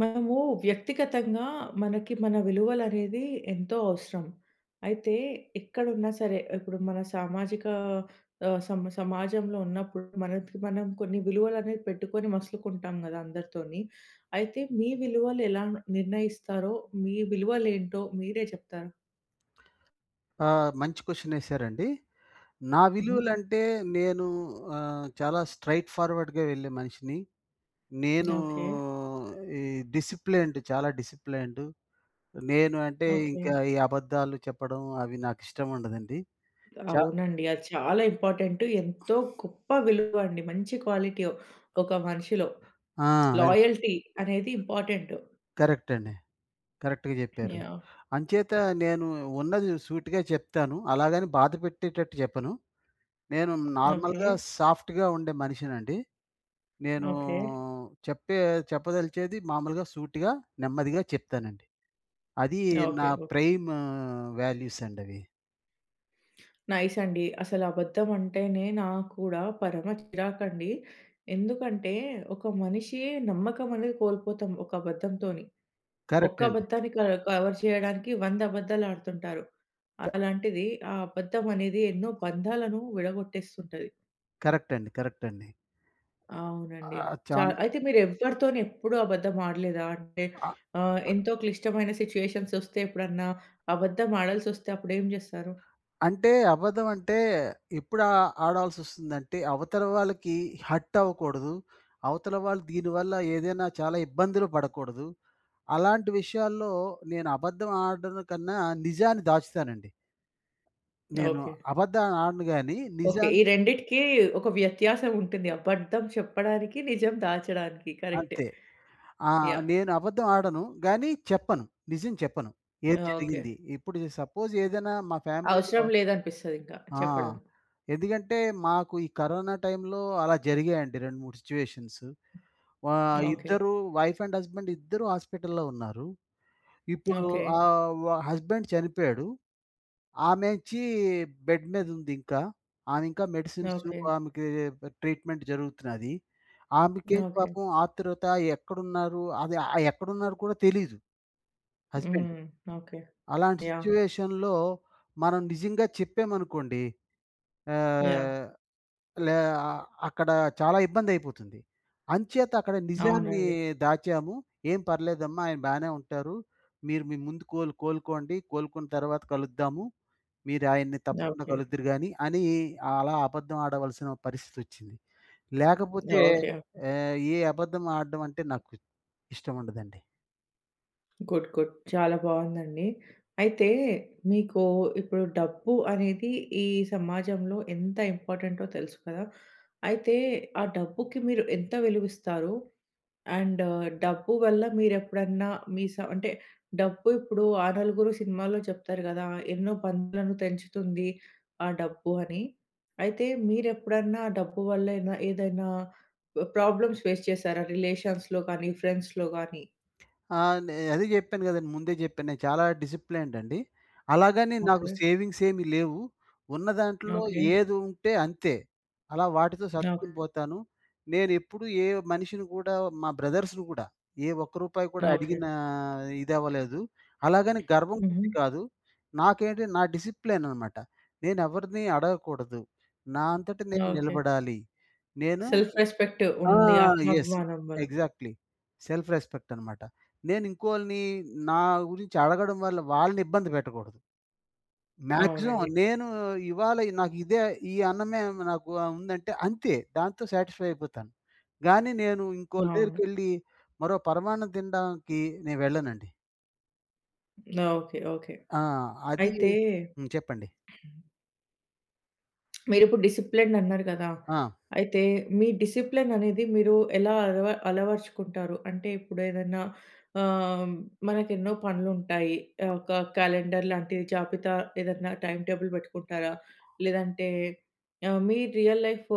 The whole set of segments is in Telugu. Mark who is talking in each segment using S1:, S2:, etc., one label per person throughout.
S1: మనము వ్యక్తిగతంగా మనకి మన విలువలనేది ఎంతో అవసరం. అయితే ఎక్కడున్నా సరే, ఇప్పుడు మన సామాజిక ఆహ్, సమ సమాజంలో ఉన్నప్పుడు మనకి మనం కొన్ని విలువలనేవి పెట్టుకొని మసలుకుంటాం గదా అందరితోని. అయితే మీ విలువలు ఎలా నిర్ణయిస్తారో, మీ విలువలేంటో మీరే చెప్తారా?
S2: ఆ! మంచి క్వెషనేసారండి. నా హ్మ్.
S1: హుహు.
S2: విలువలంటే నేను చాలా స్ట్రెయిట్ ఫార్వర్డ్‌గా వెళ్ళే మనిషిని. నేను
S1: ఓకే.
S2: ఈ డిసిప్లైన్డ్, చాలా డిసిప్లైన్డ్. నేను అంటే హ్మ్.
S1: ఓకే.
S2: ఇంకా ఈ అబద్ధాలు చెప్పడం అవి నాకిష్టం ఉండదండి. చ
S1: అవునండి. అది చాలా ఇంపార్టెంట్. ఎంతో గొప్ప విలువ అండి. మంచి క్వాలిటీ ఒక మనిషిలో.
S2: ఆ! అది
S1: లాయల్టీ అనేది ఇంపార్టెంట్.
S2: కరెక్ట్ అండి. కరెక్ట్‌గా జెప్పారు.
S1: యాహ్!
S2: అంచేత నేను ఉన్నది సూటిగా చెప్తాను. అలాగని బాధ పెట్టేటట్టు చెప్పను. నేను
S1: ఓకే.
S2: నార్మల్‌గా సాఫ్ట్‌గా ఉండే మనిషినండి. నేనూ
S1: ఓకే.
S2: చెప్పే చెప్పదలిచేది మామూలుగా సూటిగా, నెమ్మదిగా చెప్తానండి. అది నా
S1: ఓకే. ఓకే.
S2: ప్రైమ్ వాల్యూస్ అండవి.
S1: నైస్ అండి. అసలు అబద్ధం అంటేనే నాకు కూడా పరమ చిరాకండి. ఎందుకంటే ఒక మనిషి నమ్మకం అనేది కోల్పోతాం ఒక అబద్ధంతోని. ఒక్క
S2: కరెక్ట్ అండి.
S1: అబద్ధాన్ని క కవర్ చేయడానికి 100 అబద్ధాలు ఆడుతుంటారు.
S2: క
S1: అలాంటిది ఆ అబద్ధం అనేది ఎన్నో బంధాలను విడగొట్టేస్తుంటది.
S2: కరెక్ట్ అండి.
S1: అవునండి.
S2: ఆహ్, చాన్
S1: అయితే మీరు ఎవ్వరితోని ఎప్పుడు అబద్ధం ఆడలేదా? అంటే
S2: అ
S1: ఎంతో క్లిష్టమైన సిట్యుయేషన్స్ వస్తే ఎప్పుడన్నా అబద్ధం ఆడాల్సొస్తే అప్పుడేం జేస్తారు?
S2: అంటే అబద్ధం అంటే ఎప్పుడు ఆడాల్సొస్తుందంటే, అవతల వాళ్ళకి హర్ట్ అవ్వకూడదు. అవతల వాళ్ళు దీనివల్ల ఏదైనా చాలా ఇబ్బందులు పడకూడదు. అలాంటి విషయాల్లో నేను అబద్ధం ఆడడం కన్నా నిజాన్ని దాచుతానండి. నేను
S1: ఓకే.
S2: అబద్ధాన్ని ఆడను గానీ
S1: ఓకే. ఈ
S2: నిజాన్ని
S1: రెండిటికి ఒక వ్యత్యాసం ఉంటుంది. అబద్ధం చెప్పడానికి, నిజం దాచడానికి. కరెక్టే.
S2: అంతే. ఆ!
S1: యాహ్!
S2: నేను అబద్ధం ఆడను. గానీ చెప్పను. నిజం చెప్పను. ఏం
S1: ఆ! ఓకే.
S2: జరిగింది? ఇప్పుడు సపోజ్ ఏదైనా మా ఫ్యామిలీలో
S1: అవసరం లేదనిపిస్తదింకా
S2: ఆ!
S1: చెప్పడం.
S2: ఎందుకంటే మాకు ఈ కరోనా టైంలో అలా జరిగాయండి 2, 3 సిట్యుయేషన్స్. వా
S1: హ్మ్. ఓకే.
S2: ఇద్దరు, వైఫ్ అండ్ హస్బెండ్, ఇద్దరు హాస్పిటల్‌లో ఉన్నారు. ఇప్పుడు
S1: ఓకే.
S2: ఆహ్, వ హస్బెండ్ చనిపోయాడు. ఆమేచ్చి బెడ్ మీద ఉంది ఇంకా. ఆమె ఇంకా మెడిసిన్స్,
S1: ఓకే.
S2: ఆమెకి ట్రీట్మెంట్ జరుగుతున్నది. ఆమెకేంటి
S1: ఓకే.
S2: పాపం ఆతురత, ఎక్కడున్నారు అది ఎక్కడున్నారు కూడా తెలీదు హస్బెండ్.
S1: హ్మ్. ఓకే.
S2: అలాంటి
S1: యాహ్!
S2: సిట్యుయేషన్‌లో మనం నిజంగా చెప్పామనుకోండి,
S1: యాహ్!
S2: ఆహ్, లే అక్కడ చాలా ఇబ్బందయిపోతుంది. అంచేత అక్కడ నిజాన్ని
S1: అవునండి.
S2: దాచాము. "ఏం పర్లేదమ్మా, ఆయన బానే ఉంటారు. మీరు మీ ముందు కోలుకోండి. కోలుకున్న తర్వాత కలుద్దాము. మీరు ఆయన్ని తప్పకుండా
S1: ఓకే.
S2: కలుద్దురు గాని" అని, అలా అబద్ధం ఆడవలసిన పరిస్థితొచ్చింది. లేకపోతే
S1: ఓకే.
S2: ఏ అబద్ధం ఆడడం అంటే నాకు ఇష్టముండదండి.
S1: గుడ్. గుడ్. చాలా బావుందండి. అయితే మీకు ఇప్పుడు డబ్బు అనేది ఈ సమాజంలో ఎంత ఇంపార్టెంటో తెలుసు కదా! అయితే ఆ డబ్బుకి మీరు ఎంత విలువిస్తారు? అండ్ డబ్బు వల్ల మీరెప్పుడన్నా మీ స అంటే డబ్బు ఇప్పుడు 'ఆ నలుగురు' సినిమాలో చెప్తారు కదా! ఎన్నో బంధాలను తెంచుతుంది ఆ డబ్బు అని. అయితే మీరెప్పుడన్నా ఆ డబ్బు వల్ల ఏదైనా ప్రాబ్లమ్స్ ఫేస్ చేసారా? రిలేషన్స్‌లో కానీ, ఫ్రెండ్స్‌లో గానీ?
S2: ఆ! నే అదే జెప్పాను గదండీ. ముందే జెప్పాను. నేను చాలా డిసిప్లైన్డ్ అండి. అలాగని నాకు
S1: ఓకే.
S2: సేవింగ్స్ ఏమి లేవు. ఉన్న దాంట్లో
S1: ఓకే.
S2: ఏది ఉంటే అంతే. అలా వాటితో
S1: ఓకే.
S2: సర్దుకుని పోతాను. నేనెప్పుడు ఏ మనిషిని గూడా, మా బ్రదర్స్‌ని గూడా, ఏ ఒక్క రూపాయి కూడా
S1: ఓకే.
S2: అడిగిన ఇదవ్వలేదు. అలాగని గర్వం
S1: హుహు.
S2: కొద్ది కాదు. నాకేంటి నా డిసిప్లైన్ అనమాట. నేనెవరిని అడగకూడదు. నా అంతట నేను
S1: ఓకే.
S2: నిలబడాలి. నేను
S1: సెల్ఫ్ రెస్పెక్ట్
S2: ఆ!
S1: ఉంది.
S2: యెస్.
S1: ఆత్మాభిమానం వల్ల.
S2: ఎగ్జాక్ట్‌లీ. సెల్ఫ్ రెస్పెక్ట్ అన్నమాట. నేను ఇంకోళ్ళని నా గురించి అడగడం వల్ల వాళ్ళని ఇబ్బంది పెట్టకూడదు. మాక్సిమం
S1: అవునండి.
S2: నేను ఇవాళ నాకు ఇదే, ఈ అన్నమే నాకు ఉందంటే అంతే. దాంతో సాటిస్ఫై అయిపోతాను. గానీ నేను ఇంకోళ్ళ
S1: అవును.
S2: దగ్గరికెళ్ళి మరో పరమాన్నం తినడానికి నేను వెళ్ళనండి.
S1: ఓకే. ఓకే.
S2: ఆ! అది
S1: అయితే
S2: చెప్పండి.
S1: మీరిప్పుడు డిసిప్లిన్ అన్నారు గదా!
S2: ఆ!
S1: అయితే మీ డిసిప్లిన్ అనేది మీరు ఎలా అలవరుచుకుంటారు? అంటే ఇప్పుడు ఏదైనా ఆహ్, మనకెన్నో పనులుంటాయి. ఒక క్యాలెండర్ లాంటి జాబితా ఏదన్నా టైమ్ టేబుల్ పెట్టుకుంటారా? లేదంటే మీ రియల్ లైఫ్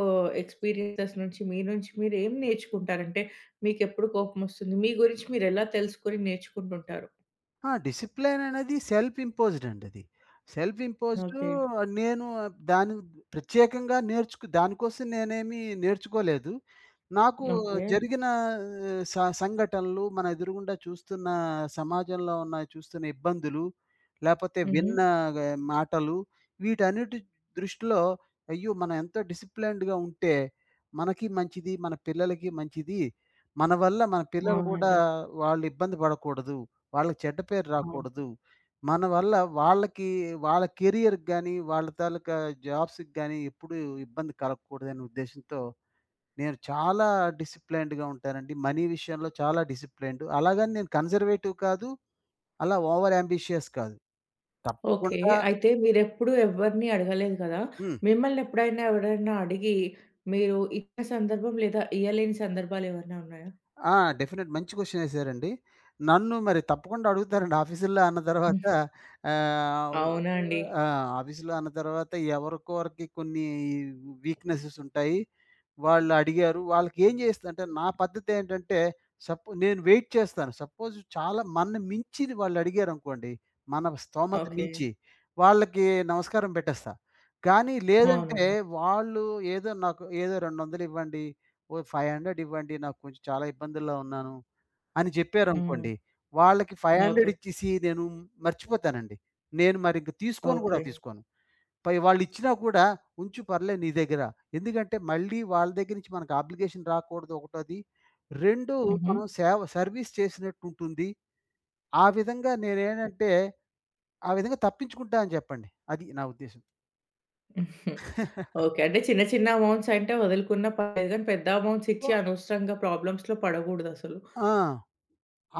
S1: ఎక్స్‌పీరియన్సెస్ నుంచి మీ నుంచి మీరు ఏం నేర్చుకుంటారంటే మీకెప్పుడు కోపమొస్తుంది? మీ గురించి మీరెలా తెలుసుకొని నేర్చుకుంటుంటారు?
S2: ఆ! డిసిప్లైన్ అనేది సెల్ఫ్ ఇంపోజ్డ్ అండి అది. Self imposed.
S1: ఓకే.
S2: నేను దాని ప్రత్యేకంగా నేర్చుకు దానికోసం నేనేమి నేర్చుకోలేదు. నాకు
S1: ఓకే.
S2: జరిగిన ఆ, స సంఘటనలు, మన ఎదురుగుండా చూస్తున్న సమాజంలో ఉన్న ఇబ్బందులు, లేపోతే
S1: హుహు.
S2: విన్న గ మాటలు, వీటన్నిటి దృష్టిలో అయ్యో, మనం ఎంతో డిసిప్లైన్డ్‌గా ఉంటే మనకి మంచిది, మన పిల్లలకి మంచిది. మన వల్ల మన పిల్లలు కూడా
S1: అవునండి.
S2: వాళ్ళు ఇబ్బంది పడకూడదు. వాళ్ళకి చెడ్డ పేరు
S1: అవును.
S2: రాకూడదు. మన వల్ల వాళ్ళకి, వాళ్ళ కెరియర్‌కి గాని, వాళ్ళ తాలూకా జాబ్స్‌కి గాని ఎప్పుడూ ఇబ్బంది కలగకూడదనే ఉద్దేశ్యంతో నేను చాలా డిసిప్లైన్డ్‌గా ఉంటానండి. మనీ విషయంలో చాలా డిసిప్లైన్డ్. అలాగని నేను కన్జర్వేటివ్ కాదు. అలా ఓవర్ యాంబిషియస్ కాదు.
S1: ఓకే.
S2: తప్పకుండా
S1: అయితే మీరెప్పుడు ఎవ్వరిని అడగలేదు కదా!
S2: హ్మ్.
S1: మిమ్మల్ని ఎప్పుడైనా ఎవరైనా అడిగి మీరు ఇచ్చిన సందర్భం లేదా ఇయ్యలేని సందర్భాలేవన్నా ఉన్నాయా?
S2: ఆ! డెఫినెట్ మంచి క్వెషన్ ఏసారండి. నన్ను మరి తప్పకుండా అడుగుతారండి ఆఫీసుల్లో అన్న తర్వాత
S1: హ్మ్.
S2: ఆహ్,
S1: అవునా అండి?
S2: ఆ! ఆఫీసులో అన్న తర్వాత ఎవరికొరికి కొన్ని వీక్‌నెసెస్ ఉంటాయి. వాళ్ళు అడిగారు. వాళ్ళకి ఏం చేస్తా అంటే నా పద్ధతి ఏంటంటే, నేను వెయిట్ చేస్తాను. సపోజ్ చాలా మన మించిది వాళ్ళు అడిగారనుకోండి. మన స్తోమత
S1: ఓకే.
S2: మించి వాళ్ళకి నమస్కారం పెట్టేస్తా. కానీ లేదంటే
S1: అవునండి.
S2: వాళ్ళు, "ఏదో నాకు ఏదో 200 ఇవ్వండి, ఓ 500 ఇవ్వండి, నాకు కొంచెం చాలా ఇబ్బందుల్లో ఉన్నాను" అని
S1: హ్మ్.
S2: చెప్పారనుకోండి. వాళ్ళకి 500
S1: ఓకే.
S2: ఇచ్చేసి నేను మర్చిపోతానండి. నేను మరింక తీసుకోను, ఓకే గూడా
S1: ఓకే.
S2: తీసుకోను. పై వాళ్ళిచ్చినా కూడా, "ఉంచు, పర్లేదు నీ దగ్గర." ఎందుకంటే మళ్ళీ వాళ్ళ దగ్గర నుంచి మనకు అప్లికేషన్ రాకూడదు ఒకటోది. 2
S1: హుహు.
S2: మనం సేవ సర్విస్ చేసినట్టుంటుంది. ఆ విధంగా నేనేంటంటే, ఆ విధంగా తప్పించుకుంటా అని చెప్పండి. అది నా ఉద్దేశ్యం.
S1: ఓకే. అంటే చిన్న చిన్న అమౌంట్స్ అంటే వదులుకున్న పర్లేదు గానీ పెద్ద అమౌంట్స్
S2: సో
S1: ఇచ్చి అనవసరంగా ప్రాబ్లమ్స్‌లో పడగూడదసలు.
S2: ఆ!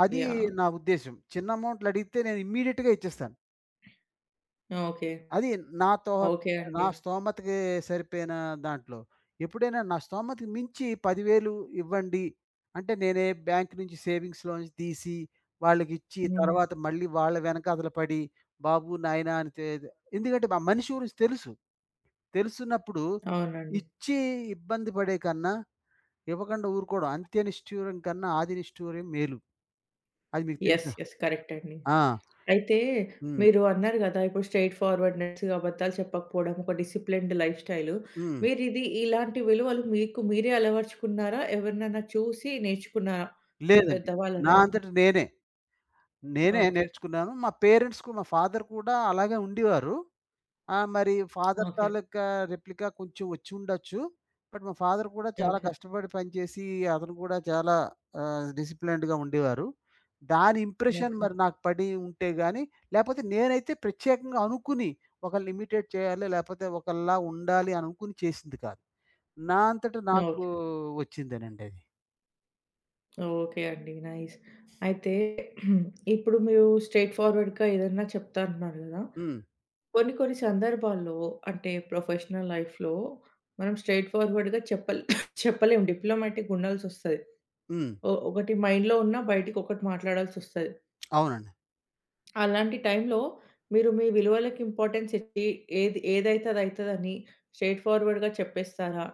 S2: అది
S1: యాహ్!
S2: నా ఉద్దేశ్యం. చిన్న అమౌంట్‌లడిగితే నేను ఇమ్మీడియేట్‌గా ఇచ్చేస్తాను.
S1: ఓకే.
S2: అది, నాతో
S1: ఓకే
S2: నా
S1: అండి.
S2: స్తోమతకి సరిపోయిన దాంట్లో. ఎప్పుడైనా నా స్తోమతకి మించి 10,000 ఇవ్వండి, అంటే నేనే బ్యాంక్ నుంచి సేవింగ్స్‌లోంచి తీసి వాళ్ళకిచ్చి
S1: హ్మ్.
S2: తర్వాత మళ్ళీ వాళ్ళ వెనకాతల పడి, "బాబు, నాయనా" అని ఎందుకంటే మా మనిషి గురించి తెలుసు. తెలుసున్నప్పుడు,
S1: అవునండి.
S2: ఇచ్చి ఇబ్బంది పడే కన్నా ఇవ్వకుండా ఊరుకోవడం, అంత్య నిష్ఠూరం కన్నా ఆది నిష్ఠూరం మేలు. అది మీకు
S1: యెస్.
S2: తెలుసా?
S1: యెస్. కరెక్ట్ అండి.
S2: ఆ!
S1: అయితే
S2: హ్మ్.
S1: మీరు అన్నారు గదా! ఇప్పుడు స్ట్రెయిట్ ఫార్వర్డ్‌నెస్‌గా అబద్ధాలు చెప్పకపోవడం, ఒక డిసిప్లిన్డ్ లైఫ్ స్టైలు.
S2: హ్మ్.
S1: మీరు ఇలాంటి విలువలు మీకు మీరే అలవరుచుకున్నారా? ఎవరినైనా చూసి నేర్చుకున్నారా? మీ
S2: లేదండి. నా
S1: పెద్దవాళ్ళనో
S2: అంతట నేనే. నేనే
S1: ఓకే.
S2: నేర్చుకున్నాను. మా పేరెంట్స్‌కు, మా ఫాదర్ కూడా అలాగే ఉండేవారు. మరి ఫాదర్
S1: ఓకే.
S2: తాలూకా రెప్లికా కొంచెం వచ్చుండొచ్చు. బట్ మా ఫాదర్ కూడా చాలా
S1: ఓకే.
S2: కష్టపడి పనిచేసి, అతను కూడా చాలా డిసిప్లిన్డ్‌గా ఉండేవారు. దాని ఇంప్రెషన్
S1: ఓకే.
S2: మరి నాకు పడి ఉంటే గాని, లేపోతే నేనైతే ప్రత్యేకంగా అనుకుని ఒకళ్ళని ఇమిటేట్ చేయాలి, లేపోతే ఒకళ్ళలా ఉండాలి అనుకుని చేసింది కాదు. నా అంతట నాకు
S1: ఓకే.
S2: వచ్చిందేనండి అది.
S1: ఓకే అండి. నైస్. అయితే ఇప్పుడు మీరు స్ట్రెయిట్ ఫార్వర్డ్‌గా ఏదన్నా చెప్తా అంటున్నారు గదా!
S2: హ్మ్.
S1: కొన్ని కొన్ని సందర్భాల్లో అంటే ప్రొఫెషనల్ లైఫ్‌లో మనం స్ట్రెయిట్ ఫార్వర్డ్‌గా చెప్పలే చెప్పలేం. డిప్లొమాటిక్‌గా ఉండాల్సొస్తది.
S2: హ్మ్.
S1: ఒకటి మైండ్‌లో ఉన్నా బయటికొకటి మాట్లాడాల్సొస్తది.
S2: అవునండి.
S1: అలాంటి టైంలో మీరు మీ విలువలకి ఇంపార్టెన్స్ ఇచ్చి ఏదైతే అదైతదని స్ట్రెయిట్ ఫార్వర్డ్‌గా చెప్పేస్తారా?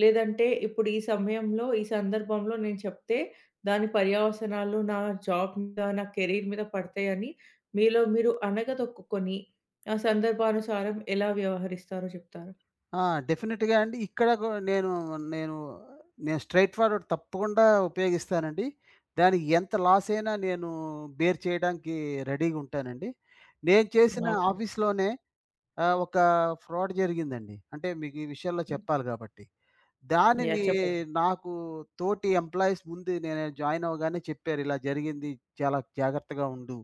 S1: లేదంటే ఇప్పుడు ఈ సమయంలో, ఈ సందర్భంలో నేను చెప్తే దాని పర్యవసనాలు నా జాబ్ మీద, నా కెరీర్ మీద పడతాయని మీలో మీరు అణగదొక్కుకొని ఆ సందర్భానుసారం ఎలా వ్యవహరిస్తారో చెప్తారా?
S2: ఆ! డెఫినిట్‌గా అండి. ఇక్కడ గు నేను నేను నేను స్ట్రెయిట్ ఫార్వర్డ్ తప్పకుండా ఉపయోగిస్తానండి. దానికి ఎంత లాసయినా నేను బేర్ చేయడానికి రెడీగా ఉంటానండి. నేను చేసిన
S1: ఓకే.
S2: ఆఫీస్‌లోనే ఒక ఫ్రాడ్ జరిగిందండి. అంటే మీకు ఈ విషయాల్లో చెప్పాలి కాబట్టి.
S1: యాహ్!
S2: దానిని
S1: చెప్పండి.
S2: నాకు తోటి ఎంప్లాయీస్ ముందు, నేను జాయిన్ అవ్వగానే చెప్పారు, "ఇలా జరిగింది. చాలా జాగ్రత్తగా ఉండు.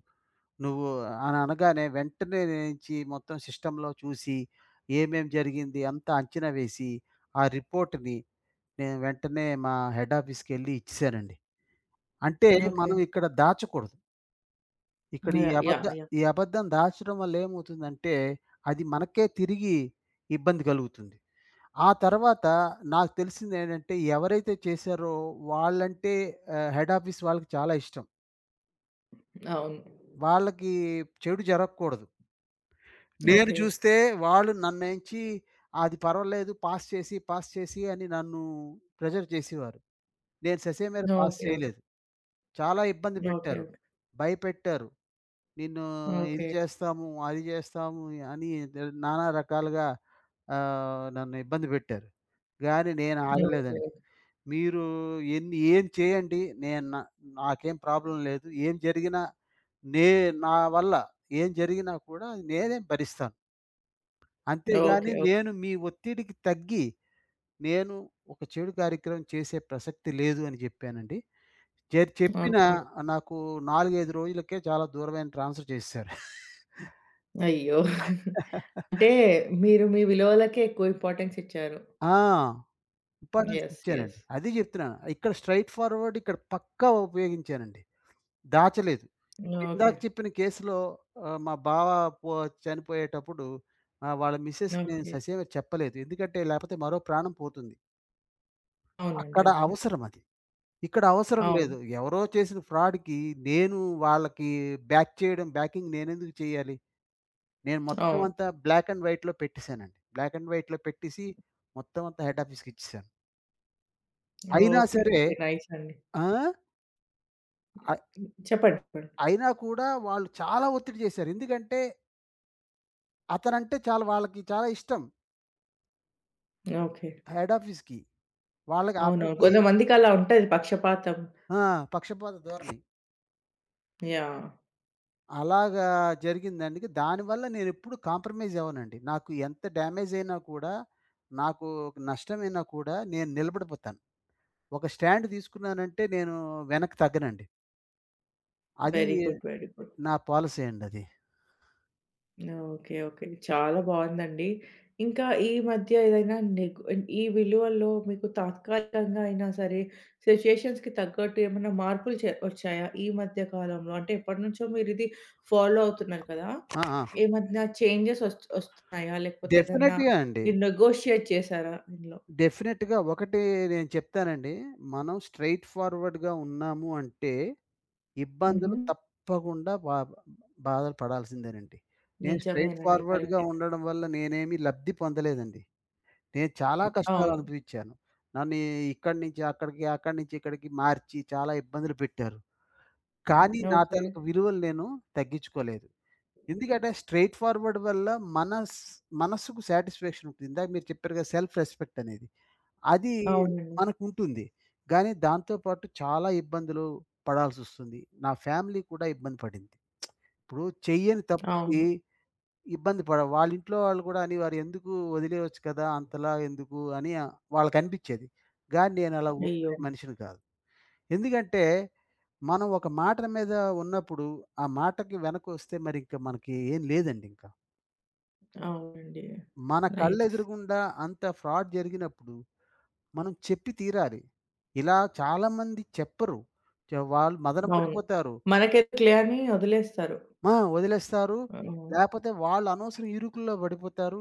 S2: నువ్వు" అని అనగానే, వెంటనే నుంచి మొత్తం సిస్టమ్‌లో చూసి, ఏమేం జరిగింది అంతా అంచనా వేసి, ఆ రిపోర్ట్‌ని నేను వెంటనే మా హెడ్ ఆఫీస్‌కెళ్ళి ఇచ్చేసానండి. అంటే
S1: ఓకే.
S2: మనం ఇక్కడ దాచకూడదు. ఇక్కడ ఈ
S1: యాహ్!
S2: అబద్ధ
S1: యాహ్! యాహ్!
S2: ఈ అబద్ధం దాచడం వల్ల ఏమవుతుందంటే, అది మనకే తిరిగి ఇబ్బంది కలుగుతుంది. ఆ తర్వాత నాకు తెలిసిందేంటంటే, ఎవరైతే చేశారో వాళ్ళంటే హెడ్ ఆఫీస్ వాళ్ళకి చాలా ఇష్టం.
S1: అవును.
S2: వాళ్ళకి చెడు జరగకూడదు. నేను
S1: ఓకే.
S2: చూస్తే వాళ్ళు నన్నుంచి, "అది పర్వాలేదు, పాస్ చేసి, పాస్ చేసి" అని నన్ను ప్రెషర్ చేసేవారు. నేను ససేమిరా
S1: ఓకే.
S2: Pass
S1: okay.
S2: చేయలేదు. చాలా ఇబ్బంది
S1: ఓకే.
S2: పెట్టారు. భయపెట్టారు. "నిన్ను ఇది
S1: ఓకే.
S2: చేస్తాము, అది చేస్తాము" అని నానా రకాలుగా నన్ను ఇబ్బంది పెట్టారు. గానీ నేను
S1: ఓకే. ఓకే.
S2: ఆగలేదండి. "మీరు ఎన్ని ఏం చేయండి. నేను నా నాకేం ప్రాబ్లమ్ లేదు. ఏం జరిగినా, నే నా వల్ల ఏం జరిగినా కూడా అది నేనే భరిస్తాను. అంతేగాని
S1: ఓకే.
S2: నేను మీ ఒత్తిడికి తగ్గి, నేను ఒక చెడు కార్యక్రమం చేసే ప్రసక్తి లేదు" అని జెప్పానండి. చె చెప్పిన
S1: ఓకే.
S2: నాకు 4, 5 రోజులకే చాలా దూరమైన ట్రాన్స్‌ఫర్ చేసేసారు.
S1: అయ్యో! అంటే మీరు మీ విలువలకే ఎక్కువ ఇంపార్టెన్స్ ఇచ్చారు.
S2: ఆ! Importance
S1: yes.
S2: ఇచ్చానండి.
S1: యెస్.
S2: అది జెప్తున్నాను. ఇక్కడ స్ట్రెయిట్ ఫార్వర్డ్ పక్కా ఉపయోగించానండి. దాచలేదు. ఇప్పుడు ఇందాక
S1: ఓకే.
S2: చెప్పిన కేసులో మా బావ పో చనిపోయేటప్పుడు వాళ్ళ మిసెస్‌కి నేను
S1: ఓకే.
S2: ససేమిరా చెప్పలేదు. ఎందుకంటే లేపోతే మరో ప్రాణం పోతుంది.
S1: అవునండి.
S2: అక్కడ
S1: అవును.
S2: అవసరం అది. ఇక్కడ అవసరం
S1: అవును.
S2: లేదు. ఎవరో చేసిన ఫ్రాడ్‌కి నేను వాళ్ళకి బ్యాక్ చేయడం బ్యాకింగ్ నేనెందుకు చేయాలి? నేను మొత్తం
S1: అవును.
S2: అంతా బ్లాక్ అండ్ వైట్‌లో పెట్టేసానండి. బ్లాక్ అండ్ వైట్‌లో పెట్టేసి మొత్తం అంతా హెడ్ ఆఫీస్‌కి ఇచ్చేసాను. అయినా
S1: ఓకే.
S2: సరే
S1: ఓకే. నైస్ అండి.
S2: ఆ! అ
S1: చెప్పండి. చెప్పండి.
S2: అయినా కూడా వాళ్ళు చాలా ఒత్తిడి చేశారు. ఎందుకంటే అతనంటే చాలా వాళ్ళకి చాలా ఇష్టం
S1: ఓకే.
S2: హెడ్ ఆఫీస్‌కి. వాళ్ళకి
S1: అవునవును.
S2: అతనికి
S1: కొంతమందికి అలా ఉంటది పక్షపాతం.
S2: ఆ! పక్షపాత ధోరణి.
S1: యాహ్!
S2: అలాగా జరిగిందండి. దానివల్ల నేనెప్పుడు కాంప్రమైజ్ అవ్వనండి. నాకు ఎంత డ్యామేజ్ అయినా కూడా, నాకు నష్టమైనా కూడా నేను నిలబడిపోతాను. ఒక స్టాండ్ తీసుకున్నానంటే నేను వెనక్కి తగ్గనండి. అది
S1: వెరీ గుడ్. Very good.
S2: నా పాలిసీ అండి అది.
S1: ఓకే. ఓకే. చాలా బావుందండి. ఇంకా ఈ మధ్య ఏదైనా నెగ్ ఈ విలువల్లో మీకు తాత్కాలికంగా అయినా సరే, సిట్యుయేషన్స్‌కి తగ్గట్టు ఏమన్నా మార్పులు వచ్చాయా? ఈ మధ్య కాలంలో అంటే ఎప్పటినుంచో మీరిది ఫాలో అవుతున్నారు కదా!
S2: ఆ! ఆ!
S1: ఏమన్నా చేంజెస్ వస్తున్నాయా? లేకపోతే ఏదన్నా
S2: డెఫినెట్‌గా అండి.
S1: మీరు నెగోషియేట్ చేసారా ఇందులో?
S2: డెఫినెట్‌గా ఒకటి నేను చెప్తానండి. మనం స్ట్రెయిట్ ఫార్వర్డ్‌గా ఉన్నాము అంటే
S1: హుహు.
S2: ఇబ్బందులు తప్పకుండా, బాధలు పడాల్సిందేనండి. నేను స్ట్రెయిట్
S1: నిజమేనండి.
S2: ఫార్వర్డ్‌గా
S1: కరెక్టే.
S2: ఉండడం వల్ల నేనేమి లబ్ధి పొందలేదండి. నేను చాలా కష్టాలు
S1: అవును.
S2: అనుభవించాను. నన్ను ఇక్కడి నుంచి అక్కడికి, అక్కడి నుంచి ఇక్కడికి మార్చి చాలా ఇబ్బందులు పెట్టారు. కానీ నా
S1: ఓకే.
S2: తాలూకు విలువలు నేను తగ్గించుకోలేదు. ఎందుకంటే స్ట్రెయిట్ ఫార్వర్డ్ వల్ల మనస్ మనసుకు సాటిస్ఫాక్షన్ ఉంటుంది. ఇందాక మీరు చెప్పారు కదా, సెల్ఫ్ రెస్పెక్ట్ అనేది. అది
S1: అవునండి.
S2: మనకుంటుంది. గానీ దాంతో పాటు చాలా ఇబ్బందులు పడాల్సొస్తుంది. నా ఫ్యామిలీ కూడా ఇబ్బంది పడింది. ఇప్పుడు చెయ్యని తప్పుకి
S1: అవును.
S2: ఇబ్బంది పడ వాళ్ళ ఇంట్లో వాళ్ళు గూడా అనేవారు, "ఎందుకు, వదిలేయొచ్చు కదా! అంతలా ఎందుకు" అని, వాళ్ళకనిపిచ్చేది. గానీ నేనలా
S1: అయ్యో!
S2: ఊరుకునే మనిషిని కాదు. ఎందుకంటే, మనం ఒక మాట మీద ఉన్నప్పుడు, ఆ మాటకి వెనకొస్తే మరింక మనకి ఏం లేదండింక.
S1: అవునండి.
S2: మన
S1: నైస్.
S2: కళ్ళెదురుగుండా అంత ఫ్రాడ్ జరిగినప్పుడు మనం చెప్పి తీరాలి. ఇలా చాలామంది చెప్పరు. వాళ్ళు మదన
S1: అవును.
S2: పడిపోతారు.
S1: మనకెందుకులే అని వదిలేస్తారు.
S2: ఆ! వదిలేస్తారు.
S1: హ్మ్. అవును.
S2: లేపోతే వాళ్ళు అనవసరం ఇరుకుల్లో పడిపోతారు.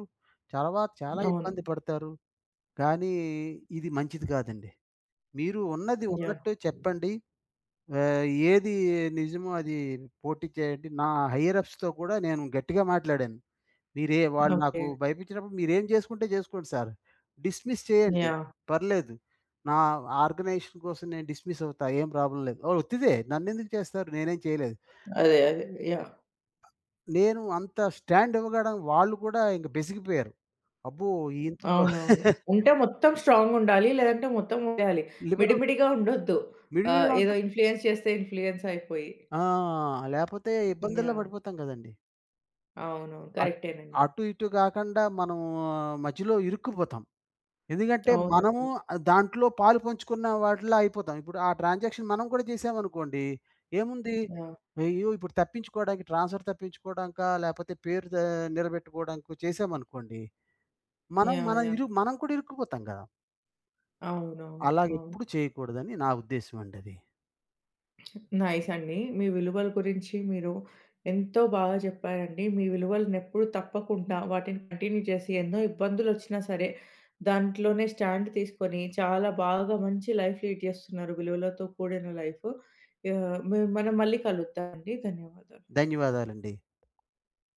S2: తర్వాత చాలా
S1: అవును.
S2: ఇబ్బంది పడతారు. కానీ ఇది మంచిది కాదండి. మీరు ఉన్నది
S1: యాహ్!
S2: ఉన్నట్టు చెప్పండి. ఆహ్, ఏది నిజమో అది పోటీ చేయండి. నా హైయర్ అప్స్‌తో కూడా నేను గట్టిగా మాట్లాడాను. "మీరే వాళ్ళు నాకు
S1: ఓకే.
S2: భయపించినప్పుడు మీరేం చేసుకుంటే చేసుకోండి సార్. డిస్మిస్ చేయండి.
S1: యాహ్!
S2: పర్లేదు. నా ఆర్గనైజేషన్ కోసం నేను డిస్మిస్ అవుతా. ఏం ప్రాబ్లమ్ లేదు. ఓహ్, ఉత్తిదే నన్నెందుకు చేస్తారు? నేనేం చేయలేదు."
S1: అదే. అదే. యాహ్!
S2: నేను అంత స్టాండ్ ఇవ్వగడం వాళ్ళు కూడా ఇంక బెసిగిపోయారు. "అబ్బో, ఈయనతో"
S1: అవునవును. ఉంటే మొత్తం స్ట్రాంగుండాలి. లేదంటే మొత్తం వదిలేయాలి.
S2: లిబరల్
S1: మిడిమిడిగా ఉండొద్దు.
S2: మిడిమిడిగా ఉంటే
S1: ఏదో ఇన్‌ఫ్లూయెన్స్ చేస్తే ఇన్‌ఫ్లూయెన్స్ అయిపోయి.
S2: ఆ! లేపోతే ఇబ్బందుల్లో
S1: యాహ్!
S2: పడిపోతాం కదండీ.
S1: అవునవును.
S2: అట్
S1: కరెక్టేనండి.
S2: అటు ఇటు కాకుండా మనం మధ్యలో ఇరుక్కుపోతాం. ఎందుకంటే మనము
S1: అవునండి.
S2: దాంట్లో పాలు పంచుకున్న వాటిలో అయిపోతాం. ఇప్పుడు ఆ ట్రాన్సాక్షన్ మనం కూడా చేసామనుకోండి, ఏముంది?
S1: యాహ్!
S2: అయ్యో, ఇప్పుడు తప్పించుకోవడానికి, ట్రాన్స్‌ఫర్ తప్పించుకోవడానికా, లేపోతే పేరు దా నిలబెట్టుకోవడానికో చేసామనుకోండి, మనం
S1: యాహ్!
S2: మనం
S1: యాహ్!
S2: ఇరు మనం కూడా ఇరుక్కుపోతాం గదా!
S1: అవునవును. అవును.
S2: అలాగెప్పుడు చేయకూడదని నా ఉద్దేశ్యం అండి అది.
S1: నైస్ అండి. మీ విలువల గురించి మీరు ఎంతో బాగా చెప్పారండి. మీ విలువలనెప్పుడు తప్పకుండా వాటిని కంటిన్యూ చేసి ఎన్నో ఇబ్బందులొచ్చినా సరే, దాంట్లోనే స్టాండ్ తీసుకొని చాలా బాగా మంచి లైఫ్ లీడ్ చేస్తున్నారు. విలువలతో కూడిన లైఫ్. ఆహ్, మే మనం మళ్ళీ కలుద్దాం అండి. ధన్యవాదాలు.
S2: ధన్యవాదాలండి.